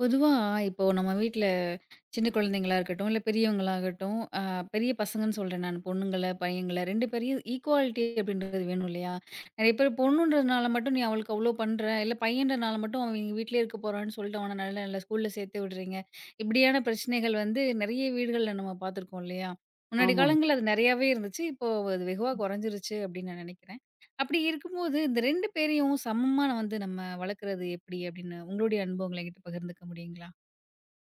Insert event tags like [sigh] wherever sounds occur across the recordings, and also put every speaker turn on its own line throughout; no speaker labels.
பொதுவா, இப்போ நம்ம வீட்ல சின்ன குழந்தைங்களா இருக்கட்டும், இல்ல பெரியவங்களாகட்டும், பெரிய பசங்கன்னு சொல்றேன் நானு. பொண்ணுங்கள, பையங்கள 2 பேரையும் ஈக்குவாலிட்டி அப்படின்றது வேணும் இல்லையா? நெறைய பேர் பொண்ணுன்றதுனால மட்டும் நீ அவளுக்கு அவ்ளோ பண்ற, இல்ல பையன்றனால மட்டும் அவன் இவங்க வீட்லயே இருக்க போறான்னு சொல்லிட்டு அவன நல்ல நல்ல ஸ்கூல்ல சேர்த்து விடுறீங்க. இப்படியான பிரச்சனைகள் வந்து நெறைய வீடுகள்ல நம்ம பார்த்துருக்கோம் இல்லையா? முன்னாடி
ஆமாங்க.
காலங்கள்ல அது நெறையாவே இருந்துச்சு. இப்போ அது வெகுவா குறைஞ்சிருச்சு அப்படின்னு நான் நெனைக்கிறேன். அப்படி இருக்கும்போது, இந்த 2 பேரையும் சமமா வந்து நம்ம வளர்க்குறது எப்படி அப்படின்னு உங்களுடைய அனுபவங்கள என்கிட்ட பகிர்ந்துக்க முடியுங்களா?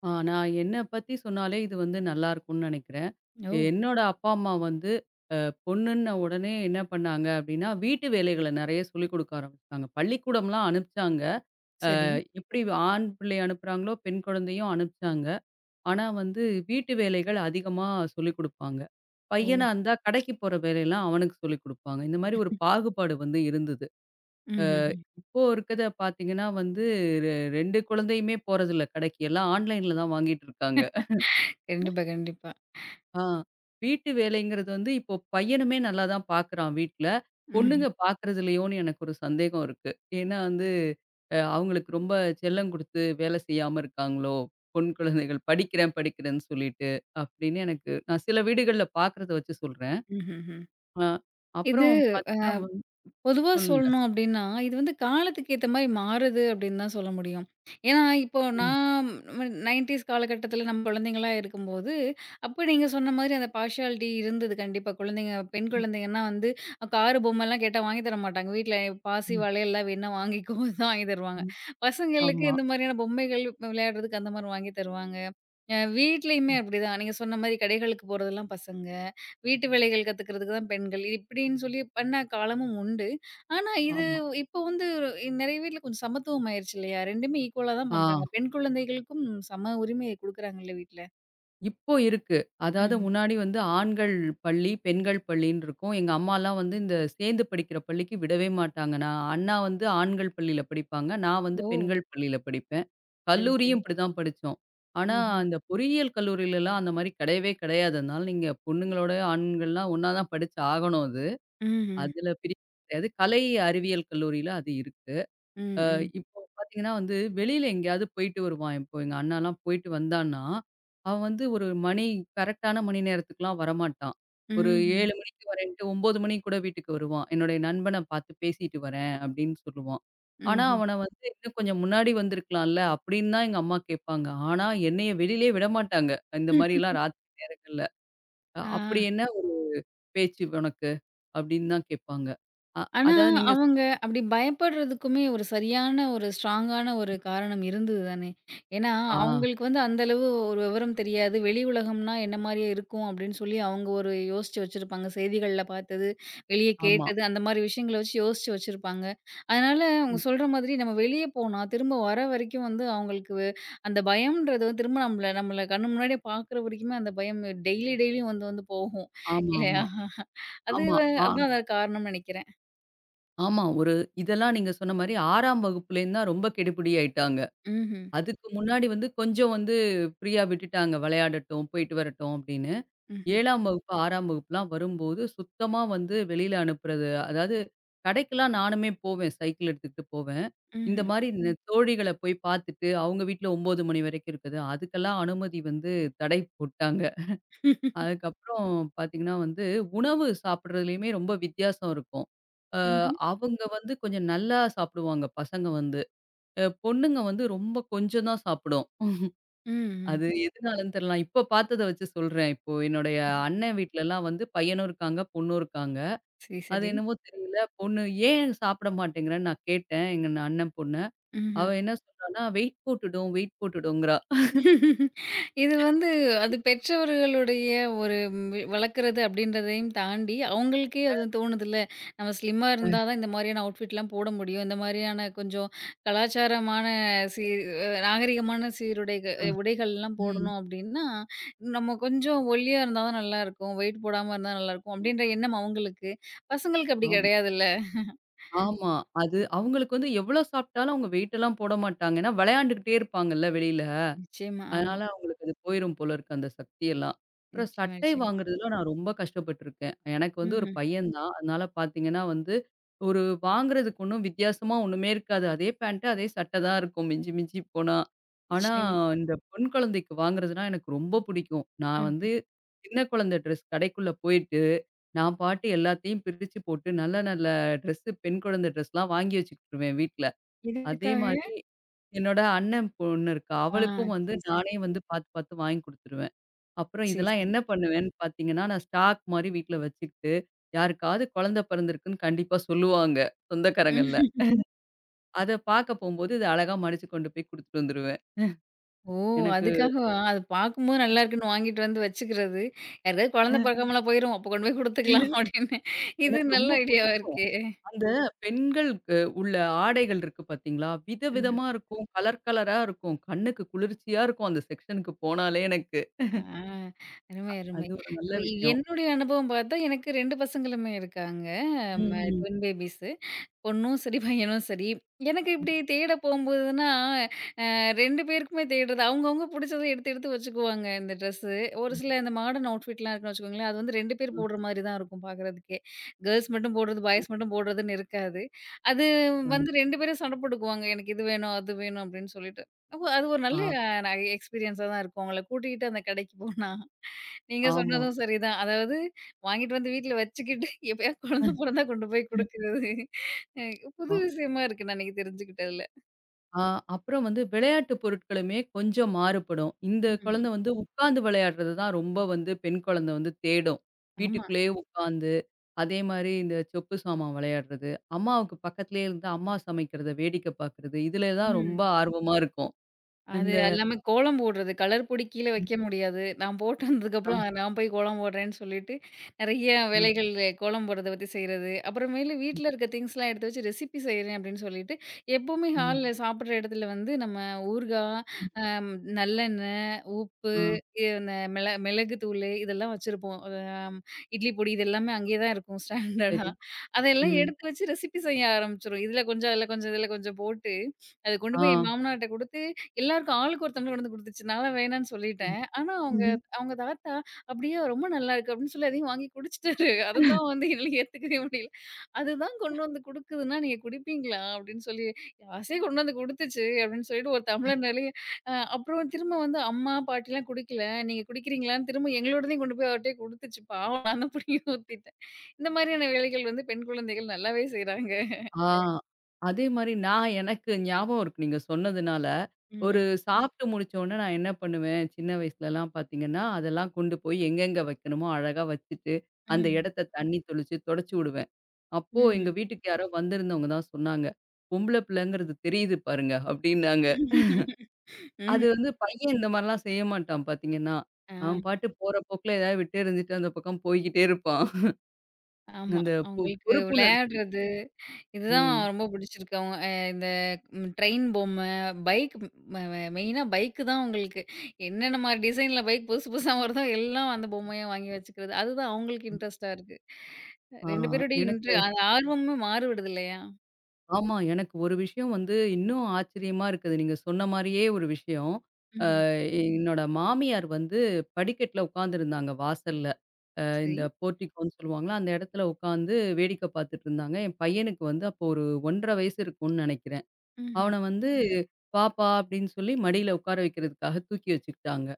நான் என்ன பத்தி சொன்னாலே இது வந்து நல்லாருக்கும்னு நெனைக்கிறேன்.
ஓ!
என்னோட அப்பா, அம்மா வந்து அ பொண்ணுன்ன உடனே என்ன பண்ணாங்க அப்டின்னா, வீட்டு வேலைகள நெறைய சொல்லிக் குடுக்க ஆரம்பிச்சாங்க. பள்ளிக்கூடம்லாம் அனுப்பிச்சாங்க. அ
சரி.
எப்படி ஆண் பிள்ளைய அனுப்புறாங்களோ, பெண் குழந்தையும் அனுப்பிச்சாங்க. ஆனா வந்து வீட்டு வேலைகள் அதிகமா சொல்லிக் குடுப்பாங்க.
ஓ!
பையனா இருந்தா கடைக்கு போற வேலையெல்லாம் அவனுக்கு சொல்லிக் குடுப்பாங்க. இந்த மாரி ஒரு பாகுபாடு வந்து இருந்தது.
ம்ஹ்ஹ்ம்.
இப்போ இருக்கத பார்த்தீங்கன்னா வந்து, ரெ 2 குழந்தையுமே போறதில்ல கடைக்கு. எல்லாம் ஆன்லைன்ல தான் வாங்கிட்டு இருக்காங்க.
கண்டிப்பா, கண்டிப்பா.
ஆ. வீட்டு வேலைங்கிறது வந்து இப்போ பையனுமே நல்லா தான் பார்க்குறான் வீட்ல.
ம்ஹ்ம்.
பொண்ணுங்க பார்க்கறது இல்லையோன்னு எனக்கு ஒரு சந்தேகம் இருக்கு. ஏன்னா வந்து அவங்களுக்கு ரொம்ப செல்லம் குடுத்து வேலை செய்யாம இருக்காங்களோ! பொண் குழந்தைகள் படிக்கிறேன், படிக்கிறேன்னு சொல்லிட்டு அப்படின்னு எனக்கு நான் சில வீடுகள்ல பார்க்குறத வச்சு சொல்றேன்.
ம்ஹ்ஹ்ம்.
அ
இது
அப்புறம் பார்த்தீங்கன்னா வந்து
பொதுவா
சொல்லுங்க.
சொல்லணும் அப்டின்னா, இது வந்து காலத்துக்கு ஏத்த மாரி மாறுது அப்டின்னு தான் சொல்ல முடியும். ஏன்னா, இப்போ
ம்.
நான் 90ஸ் காலகட்டத்தில நம்ம குழந்தைங்களா இருக்கும்போது, அப்ப நீங்க சொன்ன மாரி அந்த பார்ஷியாலிட்டி இருந்தது கண்டிப்பா. குழந்தைங்க பெண் குழந்தைங்கன்னா வந்து காரு, பொம்மைலாம் கேட்டா வாங்கி தர மாட்டாங்க. வீட்ல பாசி,
ம்,
வளையல்லாம் வேணா வாங்கிக்கோ தான் வாங்கி தருவாங்க.
ம், ம்.
பசங்களுக்கு
ஆமா,
இந்த மாதிரியான பொம்மைகள் விளையாடுறதுக்கு அந்த மாரி வாங்கி தருவாங்க. வீட்லயுமே
ம்,
அப்படிதான். நீங்க சொன்ன மாரி கடைகளுக்கு போறதெல்லாம் பசங்க. வீட்டு வேலைகள் கத்துக்கிறதுக்கு தான் பெண்கள். இப்படின்னு சொல்லி பண்ண காலமும் உண்டு. ஆனா இது
ஆமா.
இப்போ வந்து நெறைய வீட்ல கொஞ்சம் சமத்துவம் ஆயிருச்சு இல்லையா? 2மே ஈக்குவலா தான்
ஆ.
பண்றாங்க. பெண் குழந்தைகளுக்கும் சம உரிமையை குடுக்குறாங்கல்ல வீட்ல.
இப்போ இருக்கு. அதாவது
ம்ஹ்ம்.
முன்னாடி வந்து ஆண்கள் பள்ளி, பெண்கள் பள்ளின்னு இருக்கும். எங்க அம்மாலாம் வந்து இந்த சேர்ந்து படிக்கிற பள்ளிக்கு விடவே மாட்டாங்க. நான் அண்ணா வந்து ஆண்கள் பள்ளியில படிப்பாங்க. நான் வந்து
ஓ!
பெண்கள் பள்ளியில படிப்பேன்.
சரி, சரி.
கல்லூரியும் இப்படிதான் படிச்சோம். ஆனா,
ம்ஹ்ம்.
அந்த பொறியியல் கல்லூரியிலலாம் அந்த மாரி கிடையவே கிடையாது. அதனால நீங்க பொண்ணுங்களோட ஆண்கள்லாம் ஒண்ணா தான் படிச்சு ஆகணும் அது.
ம்ஹ்ம்.
அதுல பிரிவு கிடையாது. கலை அறிவியல் கல்லூரியில அது இருக்கு.
ம்,
அ
ம்.
இப்போ பார்த்தீங்கன்னா வந்து, வெளியில எங்கேயாவது போயிட்டு வருவான். இப்போ எங்க அண்ணாலாம் போயிட்டு வந்தான்னா, அவன் வந்து ஒரு மணி கரெக்டான மணி நேரத்துக்குலாம் வரமாட்டான். ஒரு
ம்ஹ்ம்.
7 மணிக்கு வரேன்ட்டு 9 மணிக்கு கூட வீட்டுக்கு வருவான். "என்னுடைய நண்பன பார்த்து பேசிட்டு வரேன்" அப்படின்னு சொல்லுவான். ஆனா,
ம்ஹ்ம்.
அவன வந்து இன்னும் கொஞ்சம் முன்னாடி வந்திருக்கலாம்ல அப்படின்னு தான் எங்க அம்மா கேட்பாங்க. ஆனா, என்னைய வெளியிலயே விடமாட்டாங்க. இந்த மாரிலாம்
[laughs]
ராத்திரி நேரங்கள்ல.
ஆ.
அப்படி என்ன ஒரு பேச்சு உனக்கு?" அப்படின்னு தான் கேட்பாங்க. அ
ஆனா,
அதாவது நீங்க
அவங்க அப்படி பயப்படுறதுக்குமே ஒரு சரியான ஒரு ஸ்ட்ராங்கான ஒரு காரணம் இருந்தது தானே. ஏன்னா,
ஆ,
அவங்களுக்கு வந்து அந்த அளவு ஒரு விவரம் தெரியாது. வெளி உலகம்னா என்ன மாரியே இருக்கும் அப்படின்னு சொல்லி அவங்க ஒரு யோசிச்சு வச்சிருப்பாங்க. செய்திகள்ல பார்த்தது, வெளிய
ஆமா.
கேட்டது அந்த மாரி விஷயங்கள வச்சு யோசிச்சு வச்சிருப்பாங்க. அதனால அவங்க
ம்.
சொல்ற மாதிரி நம்ம வெளிய போனா திரும்ப வர வரைக்கும் வந்து அவங்களுக்கு அந்த பயம்ன்றது வந்து திரும்ப நம்மள நம்மள கண்ணு முன்னாடியே பார்க்குற வரைக்குமே அந்த பயம் டெய்லி டெய்லியும் வந்து வந்து போகும். இல்லையா?
ஆமாமா.
அது
ஆமா.
அதான்
ஆ
அதான் காரணம்னு நெனைக்கிறேன்.
ஆமா. ஒரு இதெல்லாம் நீங்க சொன்ன மாரி 6ஆம் வகுப்புலேருந்து தான் ரொம்ப கெடுபிடி ஆயிட்டாங்க.
ம்ஹ்ம்.
அதுக்கு முன்னாடி வந்து கொஞ்சம் வந்து ஃப்ரீயா விட்டுட்டாங்க. விளையாடட்டும், போயிட்டு வரட்டும் அப்படின்னு.
ம்ஹ்ம்.
7ஆம் வகுப்பு, 6ஆம் வகுப்புலாம் வரும்போது சுத்தமா வந்து வெளியில அனுப்புறது. அதாவது கடைக்கெல்லாம் நானுமே போவேன். சைக்கிள் எடுத்துக்கிட்டு போவேன். இந்த
ம்ஹ்ம்.
மாரி இந்த தோழிகள போய் பார்த்துட்டு, அவங்க வீட்ல 9 மணி வரைக்கும் இருக்குது. அதுக்கெல்லாம் அனுமதி வந்து தடை போட்டாங்க. அதுக்கப்புறம் பார்த்தீங்கன்னா வந்து, உணவு சாப்பிடுறதுலயுமே ரொம்ப வித்தியாசம் இருக்கும். அ
ம்ஹ்ம்.
அவங்க வந்து கொஞ்சம் நல்லா சாப்பிடுவாங்க பசங்க வந்து. பொண்ணுங்க வந்து ரொம்ப கொஞ்சம் தான் சாப்பிடும்.
ம்ஹ்ம்.
அது எதுனாலன்னு தெரியல. நான் இப்ப பார்த்தத வச்சு சொல்றேன். இப்போ என்னுடைய அண்ணன் வீட்லலாம் வந்து பையனும் இருக்காங்க, பொண்ணும் இருக்காங்க.
சரி,
அது
சரி.
என்னவோ தெரியல, பொண்ணு "ஏன் சாப்பிட மாட்டேங்கிறன்னு?" நான் கேட்டேன். எங்க அண்ணன் பொண்ண. அவ
ம்ஹ்ம்.
என்ன சொல்றான்னா, "வெயிட் போட்டுடும், வெயிட் போட்டுடும்ங்கிறா."
இது வந்து அது பெற்றவர்களுடைய ஒரு வளர்க்குறது அப்படின்றதையும் தாண்டி, அவங்களுக்கே அது தோணுதுல்ல. நம்ம ஸ்லிம்மா இருந்தா தான் இந்த மாதிரியான அவுட்ஃபிட்லாம் போட முடியும். இந்த மாதிரியான கொஞ்சம் கலாச்சாரமான சீ அ நாகரிகமான சீருடைக அ உடைகள்லாம்
ம்.
போடணும் அப்படின்னா, நம்ம கொஞ்சம் ஒல்லியா இருந்தா தான் நல்லாயிருக்கும். வெயிட் போடாம இருந்தா நல்லாயிருக்கும். அப்படின்ற எண்ணம் அவங்களுக்கு. பசங்களுக்கு அப்படி
ஆமா.
கிடையாதுல்ல.
ஆமா. அது அவங்களுக்கு வந்து எவ்வளோ சாப்பிட்டாலும் அவங்க வெயிட்டெல்லாம் போட மாட்டாங்க. ஏன்னா விளையாண்டுக்கிட்டே இருப்பாங்கல்ல வெளியில.
நிச்சயமா. ஆமா.
அதனால அவங்களுக்கு அது போயிரும் போல இருக்கு அந்த சக்தியெல்லாம். அப்புறம்
நிச்சயமா,
சட்டை
நிச்சயமா.
வாங்குறதுல நான் ரொம்ப கஷ்டப்பட்டுருக்கேன். எனக்கு வந்து ஒரு
ம்ஹ்ம்.
பையன் தான். அதனால பார்த்தீங்கன்னா வந்து, ஒரு வாங்குறதுக்கு ஒண்ணும் வித்தியாசமா ஒண்ணுமே இருக்காது. அதே பேண்ட், அதே சட்டை தான் இருக்கும் மிஞ்சி மிஞ்சி போனா. ஆனா
நிச்சயமா.
இந்த பொன் குழந்தைக்கு வாங்குறதுனா எனக்கு ரொம்ப பிடிக்கும். நான்
ம்ஹ்ம்.
வந்து சின்ன குழந்தை ட்ரெஸ் கடைக்குள்ள போயிட்டு நான் பாட்டு எல்லாத்தையும் பிரிச்சு போட்டு, நல்ல நல்ல ட்ரெஸ்ஸு பெண் குழந்தை ட்ரெஸ்லாம் வாங்கி வச்சுக்கிட்டுருவேன் வீட்ல. அதே
எதுக்காக?
மாரி என்னோட அண்ணன் பொண்ணு இருக்கா.
ஆ
அவளுக்கும் வந்து
சரி, சரி.
நானே வந்து பாத்து பாத்து வாங்கி குடுத்துருவேன். அப்புறம்
சரி,
இதெல்லாம்
சரி.
என்ன பண்ணுவேன்னு பாத்தீங்கன்னா, நான் ஸ்டாக் மாரி வீட்ல வச்சுக்கிட்டு, யாருக்காவது குழந்தை பிறந்திருக்குன்னு கண்டிப்பா சொல்லுவாங்க, சொந்தக்காரங்கள்ல.
[laughs]
அத பாக்க போம்போது, இத அழகா மடிச்சு கொண்டு போய் குடுத்துட்டு வந்துருவேன்.
ஓ!
எனக்கு
அதுக்காகவா? அது பார்க்கும்போது நல்லா இருக்குன்னு வாங்கிட்டு வந்து வச்சுக்கிறது. யாருக்காவது குழந்தை
அ.
பிறக்காமலாம் போயிரும். அப்போ கொண்டு போய் குடுத்துக்கலாம் [laughs] அப்படின்னு. இது
எனக்கு
நல்ல
ரொம்ப
ஐடியாவா
புடிக்கும்.
இருக்கே!
அந்த பெண்களுக்கு உள்ள ஆடைகள் இருக்கு பாத்தீங்களா?
ம்ஹ்ம்.
விதவிதமா இருக்கும். கலர் கலரா இருக்கும். கண்ணுக்கு குளிர்ச்சியா இருக்கும். அந்த செக்ஷனுக்கு போனாலே எனக்கு.
ஆ அருமை, அருமை.
அது ஒரு நல்ல
அப்ப
விஷயம்.
என்னுடைய அனுபவம் பார்த்தா, எனக்கு 2 பசங்களுமே இருக்காங்க. ம
ம்.
Twin babies. பொண்ணும் சரி, பையனும் சரி. எனக்கு
ம்.
இப்டி தேட போம்போதுன்னா, அ 2 பேருக்குமே தேடுறது. அவங்கவங்க புடிச்சத எடுத்து எடுத்து வச்சுக்குவாங்க இந்த ட்ரெஸ்ஸு. ஒரு
ம்.
சில இந்த மாடர்ன் அவுட்ஃபிட்லாம் இருக்குன்னு வச்சுக்கோங்களேன், அது வந்து 2 பேர்
ம்.
போடுற மாரி தான் இருக்கும் பாக்குறதுக்கே. கேர்ள்ஸ் மட்டும் போடுறது,
ம்.
பாய்ஸ் மட்டும் போடுறதுன்னு இருக்காது. அது
ம்.
வந்து 2 பேரும் சண்டை போட்டுக்குவாங்க. எனக்கு இது வேணும், அது வேணும் அப்டின்னு சொல்லிட்டு. அப்போ அது ஒரு நல்ல
ஆ.
அ எக்ஸ்பீரியன்ஸா தான் இருக்கும். அவங்கள கூட்டிகிட்டு அந்த கடைக்கு போனா. நீங்க
ஆ,
சொன்னதும் சரிதான். அதாவது வாங்கிட்டு வந்து வீட்ல வச்சுக்கிட்டு, [laughs] எப்பயாவது குழந்த
ஆமா.
பொறந்தா கொண்டு போய் குடுக்குறது. அ புது விஷயமா இருக்கு நான் இன்னைக்கு தெரிஞ்சுக்கிட்டதுல.
ஆ அப்புறம் வந்து விளையாட்டு பொருட்களுமே கொஞ்சம் மாறுபடும். இந்த
ம்.
குழந்தை வந்து உட்கார்ந்து விளையாடுறது தான் ரொம்ப வந்து பெண் குழந்தை வந்து தேடும்.
ஆமா.
வீட்டுக்குள்ளேயே உட்காந்து, அதே மாரி இந்த சொப்பு சாமான் விளையாடுறது, அம்மாவுக்கு பக்கத்திலேயே இருந்து அம்மா சமைக்கிறத வேடிக்கை பார்க்கிறது, இதில தான் ரொம்ப
ம்.
ஆர்வமா இருக்கும்.
அது
இந்த
எல்லாமே கோலம் போடுறது. கலர் பொடி கீழ
ம்.
வைக்க முடியாது. நான் போட்டு
அ,
வந்ததுக்கப்புறம் நான் போய் கோலம் போடுறேன்னு சொல்லிட்டு, நெறைய
அ,
வேலைகள் கோலம் போடுறத பத்தி செய்றது. அப்புறமேலு
ம்,
வீட்ல இருக்க திங்ஸ்லாம் எடுத்து வச்சு ரெசிபி செய்றேன் அப்படின்னு சொல்லிட்டு, எப்பவுமே
ம்,
ஹால்ல சாப்பிடுற இடத்துல வந்து நம்ம ஊறுகாய், அம் நல்லெண்ணெய், உப்பு,
ஆ
இந்த மிளகு தூளு இதெல்லாம் வச்சிருப்போம். அம் இட்லி பொடி இது எல்லாமே அங்கேயே தான் இருக்கும் ஸ்டாண்டர்டா.
சரி.
அதெல்லாம்
ம்,
எடுத்து வச்சு ரெசிபி செய்ய ஆரம்பிச்சுரும். இதுல கொஞ்சம், அதுல கொஞ்சம், இதுல கொஞ்சம் போட்டு, அத கொண்டு
ஆ.
போய் என் மாமனார்ட்ட குடுத்து எல்லாருக்கும் ஆளுக்கு ஒருத்தவங்க கொண்டு வந்து குடுத்துச்சு. நான்லாம் வேணான்னு சொல்லிட்டேன். ஆனா அவங்க
ம்.
அவங்க தாத்தா அப்படியே ரொம்ப நல்லா இருக்கு அப்படின்னு சொல்லி அதையும் வாங்கி குடிச்சுட்டாரு. அதுதான் வந்து என்னால ஏத்துக்கவே முடியல. அதுதான் கொண்டு வந்து குடுக்குதுன்னா நீங்க குடிப்பீங்களா? அப்படின்னு சொல்லி ஆசையா கொண்டு வந்து குடுத்துச்சு அப்படின்னு சொல்லிட்டு ஒரு டம்ளர் நெறைய அப்புறம் திரும்ப வந்து அம்மா, பாட்டிலாம் குடிக்கல. நீங்க குடிக்கிறீங்களான்னு திரும்ப எங்களோடதையும் கொண்டு போய் அவர்ட்டயே குடுத்துச்சு. பாவம் நான் தான் புடுங்கி ஊத்திட்டேன். இந்த மாதிரியான வேலைகள் வந்து பெண் குழந்தைகள் நல்லாவே செய்றாங்க.
ஆ. அதே மாரி நான் எனக்கு ஞாபகம் இருக்கு நீங்க சொன்னதுனால. ஒரு
ம்.
சாப்பிட்டு முடிச்ச உடனே நான் என்ன பண்ணுவேன், சின்ன வயசுலலாம் பார்த்தீங்கன்னா, அதெல்லாம் கொண்டு போய் எங்கெங்க வைக்கணுமோ அழகா வச்சுட்டு, அந்த
ம்.
இடத்த தண்ணி தெளிச்சு தொடச்சு விடுவேன். அப்போ எங்க
ம்.
வீட்டுக்கு யாரோ வந்திருந்தவங்க தான் சொன்னாங்க. பொம்பள பிள்ளைங்கிறது தெரியுது பாருங்க அப்டின்னாங்க.
[laughs]
அது
ம்.
வந்து பையன் இந்த மாரிலாம் செய்ய மாட்டான் பார்த்தீங்கன்னா. அவன்
ஆ.
பாட்டு போற போக்குல ஏதாவது விட்டே இருந்துட்டு அந்த பக்கம் போய்க்கிட்டே இருப்பான்.
ஆமா.
அந்த
அவங்களுக்கு
பொறுப்புணர்ச்சி.
விளையாடுறது, இதுதான்
ம்.
ரொம்ப பிடிச்சிருக்கு. அவங்க இந்த ட்ரெயின் பொம்மை, பைக் ம ம மெயினா பைக்கு தான் அவங்களுக்கு. என்னென்ன மாரி டிசைன்ல பைக் புதுசு புதுசா வருதோ, எல்லாம் அந்த பொம்மையா வாங்கி வச்சுக்கிறது. அதுதான் அவங்களுக்கு இன்ட்ரெஸ்ட்டா இருக்கு.
ஆ
2 பேருடைய
எனக்கு
இன்ட்ரு அந்த ஆர்வமுமே மாறுபடுது இல்லையா?
ஆமா. எனக்கு ஒரு விஷயம் வந்து இன்னும் ஆச்சரியமா இருக்குது. நீங்க சொன்ன மாரியே ஒரு விஷயம். அ
ம்ஹ்ம்.
என்னோட மாமியார் வந்து படிக்கட்ல உட்காந்துருந்தாங்க வாசல்ல.
சரி.
இந்த போர்டிகோன்னு சொல்லுவாங்கல்ல, அந்த இடத்துல உட்காந்து வேடிக்கை பார்த்துட்டுருந்தாங்க. என் பையனுக்கு வந்து அப்போ ஒரு 1 1/2 வயசு இருக்கும்னு நெனைக்கிறேன்.
ம்ஹ்ம்.
அவன வந்து ம். "பாப்பா" அப்படின்னு சொல்லி மடியில உட்கார வைக்கிறதுக்காக தூக்கி வச்சுக்கிட்டாங்க.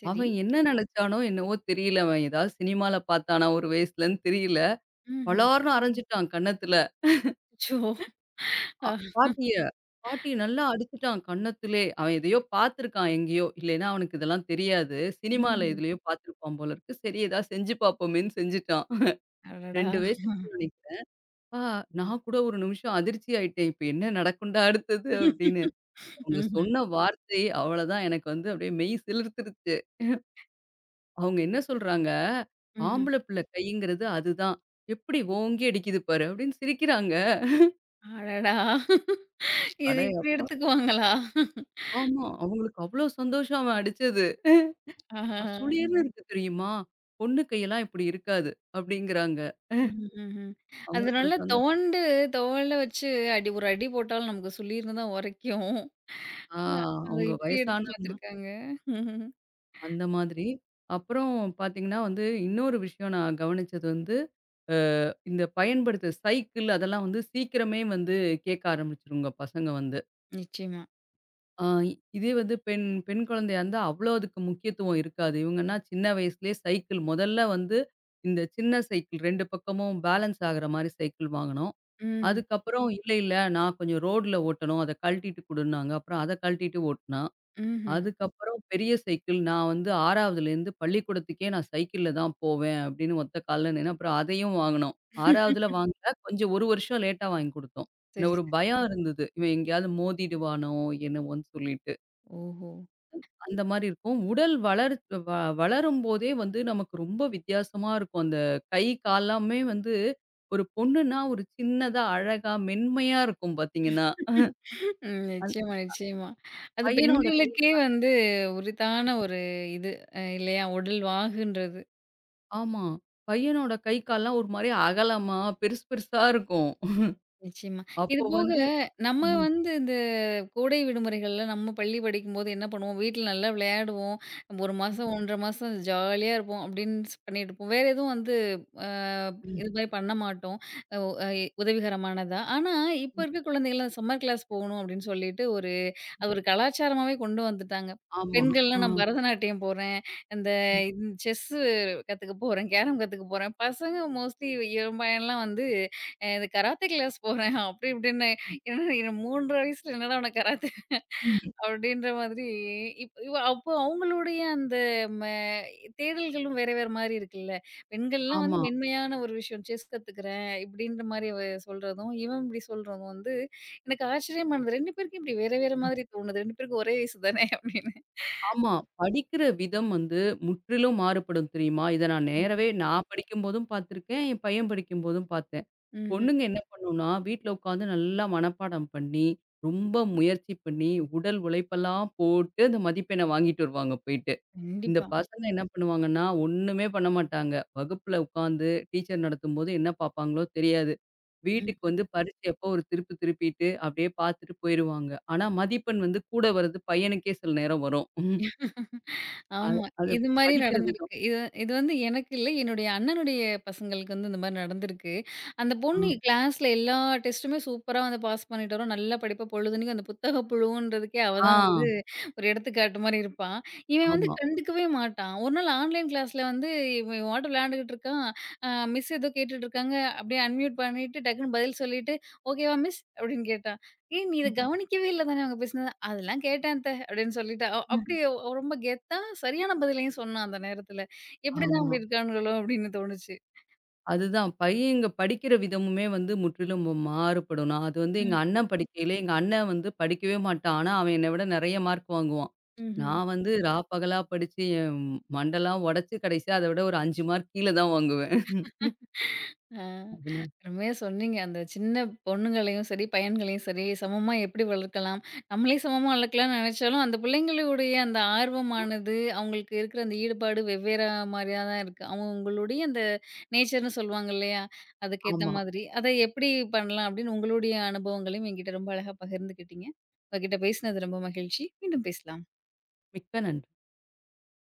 சரி.
அவன் என்ன நெனைச்சானோ என்னவோ தெரியல. அவன் ஏதாவது சினிமால பார்த்தானா ஒரு வயசுலன்னு தெரியல.
ம்ஹ்ம்.
பலார்ன்னு அரைஞ்சுட்டான் கன்னத்துல.
அச்சோ!
அ
அ
பாட்டிய, பாட்டிய நல்லா அடிச்சுட்டான் கன்னத்திலே. அவன் எதையோ பார்த்துருக்கான் எங்கேயோ. இல்லைன்னா அவனுக்கு இதெல்லாம் தெரியாது. சினிமால
ம்ஹ்ம்.
எதுலயோ பார்த்துருப்பான் போல இருக்கு. சரி ஏதாவது செஞ்சு பார்ப்போமேன்னு செஞ்சுட்டான்.
அடடா!
2 வயசு இருக்கும்னு நெனைக்கிறேன். "அப்பா நான் கூட ஒரு நிமிஷம் அதிர்ச்சி ஆயிட்டேன். இப்ப என்ன நடக்கும்டா அடுத்தது?" அப்படின்னு. அவங்க
ம்ஹ்ம்.
சொன்ன வார்த்தை அவ்வளதான் எனக்கு வந்து அப்படியே மெய் சிலிர்த்துருச்சு. அவங்க என்ன சொல்றாங்க,
ம்ஹ்ம்.
"ஆம்பள பிள்ளை கைங்கிறது அதுதான். எப்படி ஓங்கி அடிக்குது பாரு" அப்படின்னு சிரிக்கிறாங்க.
அடடா! இது
அட
இப்படி
அப்பா!
எடுத்துக்குவாங்களா?
ஆமா. அவங்களுக்கு அவ்ளோ சந்தோஷம் அவன் அடிச்சது.
ஆஹா.
சுளீர்ன்னு இருக்கு தெரியுமா? பொண்ணு கையெல்லாம் இப்படி இருக்காது அப்படிங்கிறாங்க.
ம்ஹ்ம், ம்ஹ்ம். அது
அவங்களுக்கு ஒரு
நல்லா
சந்த
தோண்டு தோல்ல வச்சு அடி ஒரு அடி போட்டாலும் நமக்கு சொல்லியிருந்து தான் உரைக்கும்.
ஆ
அ அத
அவங்க
இப்டி எடுத்து
வயசானதுனா
பார்த்துருக்காங்க. ம்ஹ்ம்.
அந்த மாதிரி. அப்புறம் பார்த்தீங்கன்னா வந்து, இன்னொரு விஷயம் நான் கவனிச்சது வந்து, அ இந்த பயன்படுத்த சைக்கிள் அதெல்லாம் வந்து சீக்கிரமே வந்து கேட்க ஆரம்பிச்சுருங்க பசங்க வந்து.
நிச்சயமா.
ஆ இதே வந்து பெண் பெண் குழந்தையா இருந்தா அவ்வளோ அதுக்கு முக்கியத்துவம் இருக்காது. இவங்கன்னா சின்ன வயசுலயே சைக்கிள் முதல்ல வந்து இந்த சின்ன சைக்கிள் 2 பக்கமும் பேலன்ஸ் ஆகுற மாரி சைக்கிள் வாங்கணும்.
ம்ஹ்ம்,
அதுக்கப்புறம் இல்ல, இல்ல நான் கொஞ்சம் ரோட்ல ஓட்டணும். அத கழட்டிட்டு குடுன்னாங்க. அப்புறம் அத கழட்டிட்டு ஓட்டுனான்.
ம்ஹ்ம்.
அதுக்கப்புறம் பெரிய சைக்கிள் நான் வந்து 6வதுலேருந்து பள்ளிக்கூடத்துக்கே நான் சைக்கிள்ல தான் போவேன் அப்படின்னு ஒத்த கால்ல நின்னு, அப்புறம் அதையும் வாங்குனோம். 6வதுல வாங்கல. கொஞ்சம் 1 வருஷம் லேட்டா வாங்கி குடுத்தோம். இந்த
சரி,
ஒரு
சரி.
பயம் இருந்தது. இவன் எங்கேயாவது மோதிடுவானோ என்னவோன்னு சொல்லிட்டு.
ஓஹோ!
அந்த மாரி இருக்கும். உடல் வளர் வ வளரும்போதே வந்து நமக்கு ரொம்ப வித்தியாசமா இருக்கும். அந்த கை, கால்லாமே வந்து ஒரு பொண்ணுன்னா ஒரு சின்னதா, அழகா, மென்மையா இருக்கும் பார்த்தீங்கன்னா.
ம்.
அந்
நிச்சயமா, நிச்சயமா. அது
பையனோட கை
பெண்களுக்கே வந்து உரித்தான ஒரு இது இல்லையா? உடல் வாகுன்றது.
ஆமா. பையனோட கை, கால்லாம் ஒரு மாரி அகலமா, பெருசு பெருசா இருக்கும்.
நிச்சயமா. இது
அப்போ
போக
வந்து
நம்ம
ம்,
வந்து இந்த கோடை விடுமுறைகள்ல நம்ம பள்ளி படிக்கும்போது என்ன பண்ணுவோம், வீட்ல நல்லா விளையாடுவோம். 1
ம்,
மாசம் 1 1/2 மாசம் ஜாலியா இருப்போம் அப்படின்னு பண்ணிட்டு இருப்போம். வேற எதுவும் வந்து அ
ம்,
இது மாரி பண்ண மாட்டோம். அ உதவிகரமானதா. ஆனா, இப்ப
ம்.
இருக்க குழந்தைகள்லாம் சம்மர் கிளாஸ் போகணும் அப்படின்னு சொல்லிட்டு ஒரு அது ஒரு கலாச்சாரமாவே கொண்டு வந்துட்டாங்க.
ஆமா.
பெண்கள்லாம்
ஆ.
நான் பரதநாட்டியம் போறேன், இந்த
ம்,
செஸ்ஸு கத்துக்க போறேன், கேரம் கத்துக்க போறேன். பசங்க மோஸ்ட்லி இளம்பையன்லாம் வந்து இந்த கராத்தே கிளாஸ் போறேன். அப்படி இப்படின்னு. என்னடா 3 வயசுல என்னடா உனக்கு கராத்தே
ம்.
அப்படின்ற மாதிரி இப் இவ அப்போ அவங்களுடைய அந்த ம தேடல்களும் வேற வேற மாரி இருக்குல்ல. பெண்கள்லாம் வந்து
ஆமா,
மென்மையான ஒரு விஷயம் செஸ் கத்துக்கிறேன் இப்படின்ற மாரி அவ சொல்றதும், இவன் இப்படி சொல்றதும் வந்து எனக்கு ஆச்சரியமானது. 2 பேருக்கும் இப்படி வேற வேற மாதிரி தோணுது. 2 பேருக்கும் ஒரே வயசு தானே அப்படின்னு.
ஆமா. படிக்கிற விதம் வந்து முற்றிலும் மாறுபடும் தெரியுமா? இத நான்
ம்.
நேரவே நான் படிக்கும்போதும் பார்த்துருக்கேன். என் பையன் படிக்கும்போதும் பார்த்துருக்கேன்.
ம்ஹ்ம்.
பொண்ணுங்க என்ன பண்ணும்னா, வீட்ல உட்காந்து நல்லா மனப்பாடம் பண்ணி, ரொம்ப முயற்சி பண்ணி, உடல் உழைப்பெல்லாம் போட்டு அந்த மதிப்பெண்ண வாங்கிட்டு வருவாங்க போயிட்டு. இந்த
கண்டிப்பா.
பசங்க என்ன பண்ணுவாங்கன்னா, ஒண்ணுமே பண்ண மாட்டாங்க. வகுப்புல உட்காந்து டீச்சர் நடத்தும்போது என்ன பார்ப்பாங்களோ தெரியாது. வீட்டுக்கு
ம்.
வந்து பரீட்சை அப்போ ஒரு திருப்பு திருப்பிட்டு, அப்படியே பார்த்துட்டு போயிருவாங்க. ஆனா, மதிப்பெண் வந்து கூட வர்றது பையனுக்கே சில நேரம் வரும். அது
ஆமா.
அது
இது மாரி
படிக்கிற விதம்.
நடந்திருக்கு. இது இது வந்து எனக்கு இல்ல. என்னுடைய அண்ணனுடைய பசங்களுக்கு வந்து இந்த மாரி நடந்திருக்கு. அந்த
ஆ.
பொண்ணு கிளாஸ்ல எல்லா டெஸ்ட்டுமே சூப்பரா வந்து பாஸ் பண்ணிட்டு வரும். நல்லா படிப்பா பொழுதனைக்கும் அந்த புத்தக புழுவுன்றதுக்கே அவ
ஆ.
தான் வந்து ஒரு எடுத்துக்காட்டு மாரி இருப்பா. இவன் வந்து
ஆமா.
கண்டுக்கவே மாட்டான். ஒரு நாள் ஆன்லைன் கிளாஸ்ல வந்து இவன் இவன்பாட்டு விளையாண்டுகிட்டு இருக்கான். அ மிஸ் ஏதோ கேட்டுட்டு இருக்காங்க. அப்படியே அன்மியூட் பண்ணிட்டு டக்குன்னு பதில் சொல்லிட்டு, "ஓகேவா மிஸ்?" அப்படின்னு கேட்டான். ஏன் நீ இத
ம்,
கவனிக்கவே இல்ல தானே அவங்க பேசினது. அதெல்லாம் கேட்டேன் அத்த அப்படின்னு சொல்லிட்டா. அ ம்.
ம்.
அப்படியே ரொம்ப கெத்தா சரியான பதிலையும் சொன்னா அந்த நேரத்துல. எப்படிதான்
ஆமா.
அப்படி இருக்கானுங்களோ அப்படின்னு தோணுச்சு.
அதுதான். பையன் இங்க படிக்கிற விதமுமே வந்து முற்றிலும் மாறுபடும். நான் அது வந்து எங்க
ம்.
அண்ணன் படிக்கையில, எங்க அண்ணன் வந்து படிக்கவே மாட்டான். ஆனா, அவன் என்னை விட நெறைய மார்க் வாங்குவான்.
ம். ம்ஹ்ம்.
நான் வந்து ரா பகலா படிச்சு என் மண்டைலாம் உடைச்சு கடைசியா அத விட ஒரு 5 மார்க் கீழ தான் வாங்குவேன்.
ஆ
அதுனா
அருமையா சொன்னீங்க. அந்த சின்ன பொண்ணுங்களையும் சரி, பையன்களையும் சரி, சமமா எப்படி வளர்க்கலாம்? நம்மளே சமமா வளர்க்கலாம்னு நெனச்சாலும், அந்த பிள்ளைங்களுடைய அந்த ஆர்வமானது, அவங்களுக்கு இருக்கிற அந்த ஈடுபாடு வெவ்வேற மாரியா தான் இருக்கு. அவங்களுடைய அந்த நேச்சர்ன்னு சொல்லுவாங்க இல்லையா? அதுக்கேத்த
ஆமா.
மாதிரி. அத எப்படி பண்ணலாம் அப்படின்னு உங்களுடைய அனுபவங்களையும் என்கிட்ட ரொம்ப அழகா பகிர்ந்துக்கிட்டீங்க. உங்ககிட்ட பேசினது ரொம்ப மகிழ்ச்சி. மீண்டும் பேசலாம்.
மிக்க நன்றி.